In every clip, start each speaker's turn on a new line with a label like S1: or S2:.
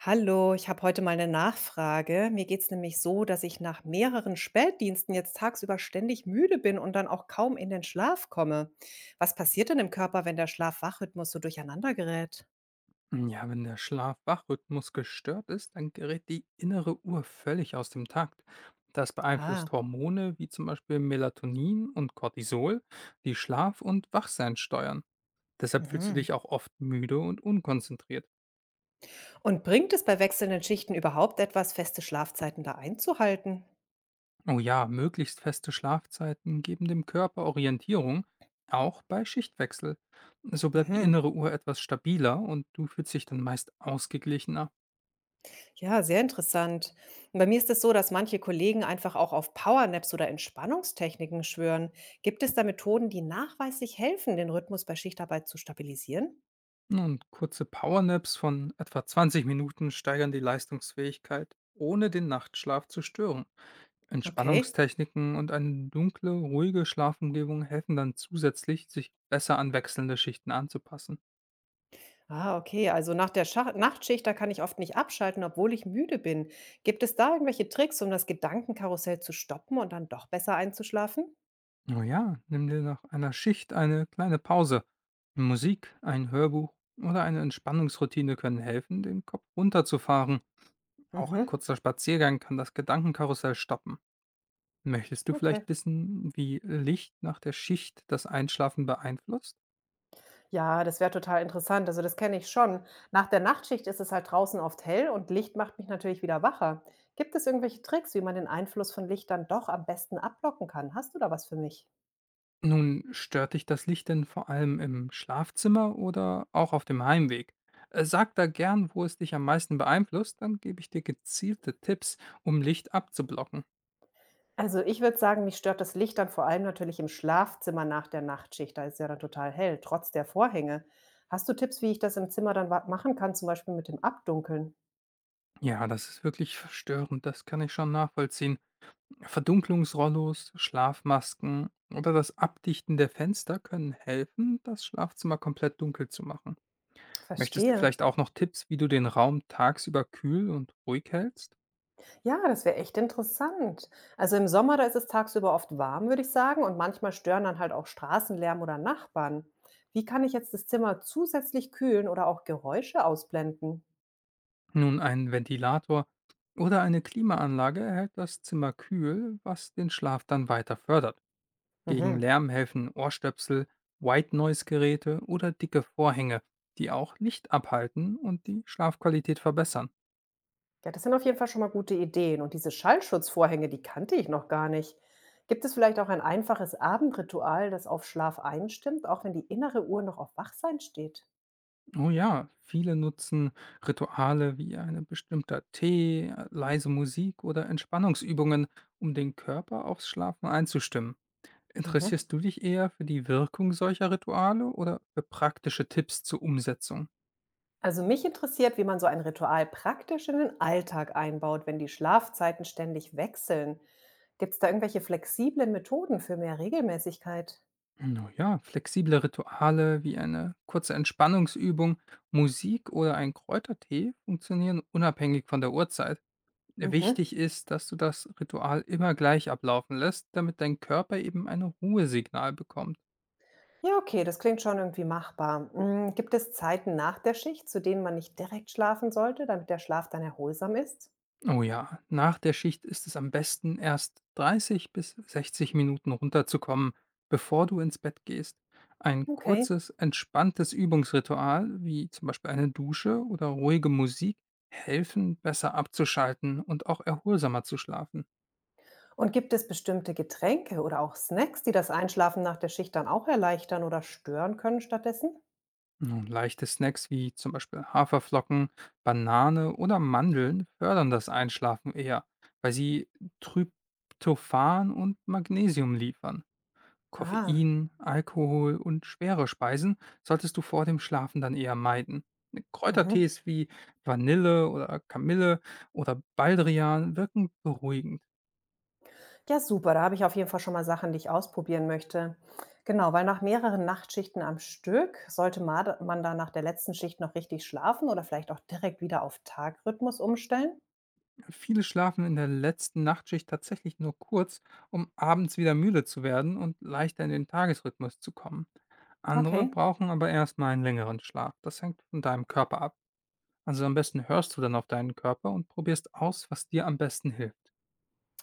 S1: Hallo, ich habe heute mal eine Nachfrage. Mir geht es nämlich so, dass ich nach mehreren Spätdiensten jetzt tagsüber ständig müde bin und dann auch kaum in den Schlaf komme. Was passiert denn im Körper, wenn der Schlaf-Wach-Rhythmus so durcheinander gerät?
S2: Ja, wenn der Schlaf-Wach-Rhythmus gestört ist, dann gerät die innere Uhr völlig aus dem Takt. Das
S1: Ah,
S2: beeinflusst Hormone wie zum Beispiel Melatonin und Cortisol, die Schlaf- und Wachsein steuern. Deshalb fühlst du
S1: mhm.
S2: dich auch oft müde und unkonzentriert.
S1: Und bringt es bei wechselnden Schichten überhaupt etwas, feste Schlafzeiten da einzuhalten?
S2: Oh ja, möglichst feste Schlafzeiten geben dem Körper Orientierung, auch bei Schichtwechsel. So bleibt die
S1: Mhm.
S2: innere Uhr etwas stabiler und du fühlst dich dann meist ausgeglichener.
S1: Ja, sehr interessant. Und bei mir ist es so, dass manche Kollegen einfach auch auf Powernaps oder Entspannungstechniken schwören. Gibt es da Methoden, die nachweislich helfen, den Rhythmus bei Schichtarbeit zu stabilisieren?
S2: Und kurze Powernaps von etwa 20 Minuten steigern die Leistungsfähigkeit, ohne den Nachtschlaf zu stören.
S1: Okay.
S2: Entspannungstechniken und eine dunkle, ruhige Schlafumgebung helfen dann zusätzlich, sich besser an wechselnde Schichten anzupassen.
S1: Ah, okay. Also nach der Schach Nachtschicht, da kann ich oft nicht abschalten, obwohl ich müde bin. Gibt es da irgendwelche Tricks, um das Gedankenkarussell zu stoppen und dann doch besser einzuschlafen?
S2: Oh ja, nimm dir nach einer Schicht eine kleine Pause. Musik, ein Hörbuch oder eine Entspannungsroutine können helfen, den Kopf runterzufahren. Auch ein
S1: Mhm.
S2: kurzer Spaziergang kann das Gedankenkarussell stoppen. Möchtest du
S1: Okay.
S2: vielleicht wissen, wie Licht nach der Schicht das Einschlafen beeinflusst?
S1: Ja, das wäre total interessant. Also das kenne ich schon. Nach der Nachtschicht ist es halt draußen oft hell und Licht macht mich natürlich wieder wacher. Gibt es irgendwelche Tricks, wie man den Einfluss von Licht dann doch am besten abblocken kann? Hast du da was für mich?
S2: Nun, stört dich das Licht denn vor allem im Schlafzimmer oder auch auf dem Heimweg? Sag da gern, wo es dich am meisten beeinflusst, dann gebe ich dir gezielte Tipps, um Licht abzublocken.
S1: Also ich würde sagen, mich stört das Licht dann vor allem natürlich im Schlafzimmer nach der Nachtschicht. Da ist es ja dann total hell, trotz der Vorhänge. Hast du Tipps, wie ich das im Zimmer dann machen kann, zum Beispiel mit dem Abdunkeln?
S2: Ja, das ist wirklich verstörend, das kann ich schon nachvollziehen. Verdunklungsrollos, Schlafmasken oder das Abdichten der Fenster können helfen, das Schlafzimmer komplett dunkel zu machen. Möchtest du
S1: Verstehe.
S2: vielleicht auch noch Tipps, wie du den Raum tagsüber kühl und ruhig hältst?
S1: Ja, das wäre echt interessant. Also im Sommer, da ist es tagsüber oft warm, würde ich sagen, und manchmal stören dann halt auch Straßenlärm oder Nachbarn. Wie kann ich jetzt das Zimmer zusätzlich kühlen oder auch Geräusche ausblenden?
S2: Nun, ein Ventilator oder eine Klimaanlage hält das Zimmer kühl, was den Schlaf dann weiter fördert. Gegen
S1: Mhm.
S2: Lärm helfen Ohrstöpsel, White Noise Geräte oder dicke Vorhänge, die auch Licht abhalten und die Schlafqualität verbessern.
S1: Ja, das sind auf jeden Fall schon mal gute Ideen. Und diese Schallschutzvorhänge, die kannte ich noch gar nicht. Gibt es vielleicht auch ein einfaches Abendritual, das auf Schlaf einstimmt, auch wenn die innere Uhr noch auf Wachsein steht?
S2: Oh ja, viele nutzen Rituale wie ein bestimmter Tee, leise Musik oder Entspannungsübungen, um den Körper aufs Schlafen einzustimmen.
S1: Mhm.
S2: Interessierst du dich eher für die Wirkung solcher Rituale oder für praktische Tipps zur Umsetzung?
S1: Also mich interessiert, wie man so ein Ritual praktisch in den Alltag einbaut, wenn die Schlafzeiten ständig wechseln. Gibt es da irgendwelche flexiblen Methoden für mehr Regelmäßigkeit?
S2: Na ja, flexible Rituale wie eine kurze Entspannungsübung, Musik oder ein Kräutertee funktionieren unabhängig von der Uhrzeit.
S1: Mhm.
S2: Wichtig ist, dass du das Ritual immer gleich ablaufen lässt, damit dein Körper eben ein Ruhesignal bekommt.
S1: Ja, okay, das klingt schon irgendwie machbar. Gibt es Zeiten nach der Schicht, zu denen man nicht direkt schlafen sollte, damit der Schlaf dann erholsam ist?
S2: Oh ja, nach der Schicht ist es am besten, erst 30 bis 60 Minuten runterzukommen, bevor du ins Bett gehst. Ein
S1: Okay.
S2: kurzes, entspanntes Übungsritual, wie zum Beispiel eine Dusche oder ruhige Musik, helfen, besser abzuschalten und auch erholsamer zu schlafen.
S1: Und gibt es bestimmte Getränke oder auch Snacks, die das Einschlafen nach der Schicht dann auch erleichtern oder stören können stattdessen?
S2: Und leichte Snacks wie zum Beispiel Haferflocken, Banane oder Mandeln fördern das Einschlafen eher, weil sie Tryptophan und Magnesium liefern.
S1: Ah.
S2: Koffein, Alkohol und schwere Speisen solltest du vor dem Schlafen dann eher meiden.
S1: Mhm.
S2: Kräutertees wie Vanille oder Kamille oder Baldrian wirken beruhigend.
S1: Ja, super. Da habe ich auf jeden Fall schon mal Sachen, die ich ausprobieren möchte. Genau, weil nach mehreren Nachtschichten am Stück sollte man da nach der letzten Schicht noch richtig schlafen oder vielleicht auch direkt wieder auf Tagrhythmus umstellen?
S2: Viele schlafen in der letzten Nachtschicht tatsächlich nur kurz, um abends wieder müde zu werden und leichter in den Tagesrhythmus zu kommen. Andere
S1: Okay.
S2: brauchen aber erstmal einen längeren Schlaf. Das hängt von deinem Körper ab. Also am besten hörst du dann auf deinen Körper und probierst aus, was dir am besten hilft.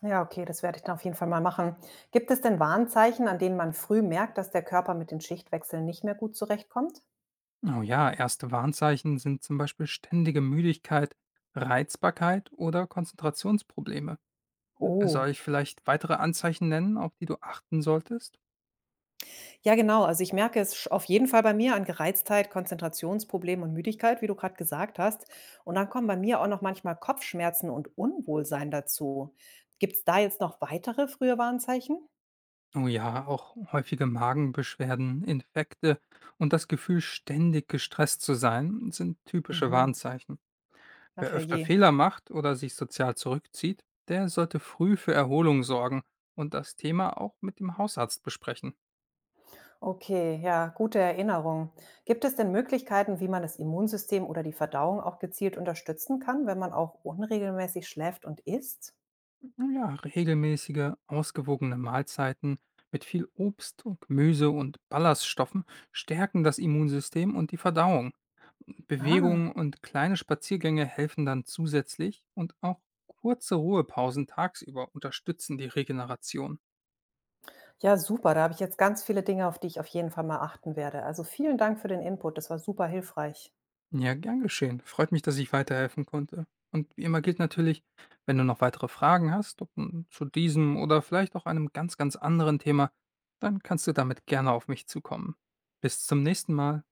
S1: Ja, okay, das werde ich dann auf jeden Fall mal machen. Gibt es denn Warnzeichen, an denen man früh merkt, dass der Körper mit den Schichtwechseln nicht mehr gut zurechtkommt?
S2: Oh ja, erste Warnzeichen sind zum Beispiel ständige Müdigkeit, Reizbarkeit oder Konzentrationsprobleme. Soll
S1: Oh.
S2: ich vielleicht weitere Anzeichen nennen, auf die du achten solltest?
S1: Ja, genau. Also ich merke es auf jeden Fall bei mir an Gereiztheit, Konzentrationsproblemen und Müdigkeit, wie du gerade gesagt hast. Und dann kommen bei mir auch noch manchmal Kopfschmerzen und Unwohlsein dazu. Gibt es da jetzt noch weitere frühe Warnzeichen?
S2: Oh ja, auch häufige Magenbeschwerden, Infekte und das Gefühl, ständig gestresst zu sein, sind typische
S1: Mhm.
S2: Warnzeichen. Wer
S1: Ach ja,
S2: öfter
S1: je.
S2: Fehler macht oder sich sozial zurückzieht, der sollte früh für Erholung sorgen und das Thema auch mit dem Hausarzt besprechen.
S1: Okay, ja, gute Erinnerung. Gibt es denn Möglichkeiten, wie man das Immunsystem oder die Verdauung auch gezielt unterstützen kann, wenn man auch unregelmäßig schläft und isst?
S2: Nun ja, regelmäßige, ausgewogene Mahlzeiten mit viel Obst, und Gemüse und Ballaststoffen stärken das Immunsystem und die Verdauung.
S1: Ah.
S2: Bewegungen und kleine Spaziergänge helfen dann zusätzlich und auch kurze Ruhepausen tagsüber unterstützen die Regeneration.
S1: Ja, super. Da habe ich jetzt ganz viele Dinge, auf die ich auf jeden Fall mal achten werde. Also vielen Dank für den Input. Das war super hilfreich.
S2: Ja, gern geschehen. Freut mich, dass ich weiterhelfen konnte. Und wie immer gilt natürlich, wenn du noch weitere Fragen hast, ob nun zu diesem oder vielleicht auch einem ganz, ganz anderen Thema, dann kannst du damit gerne auf mich zukommen. Bis zum nächsten Mal.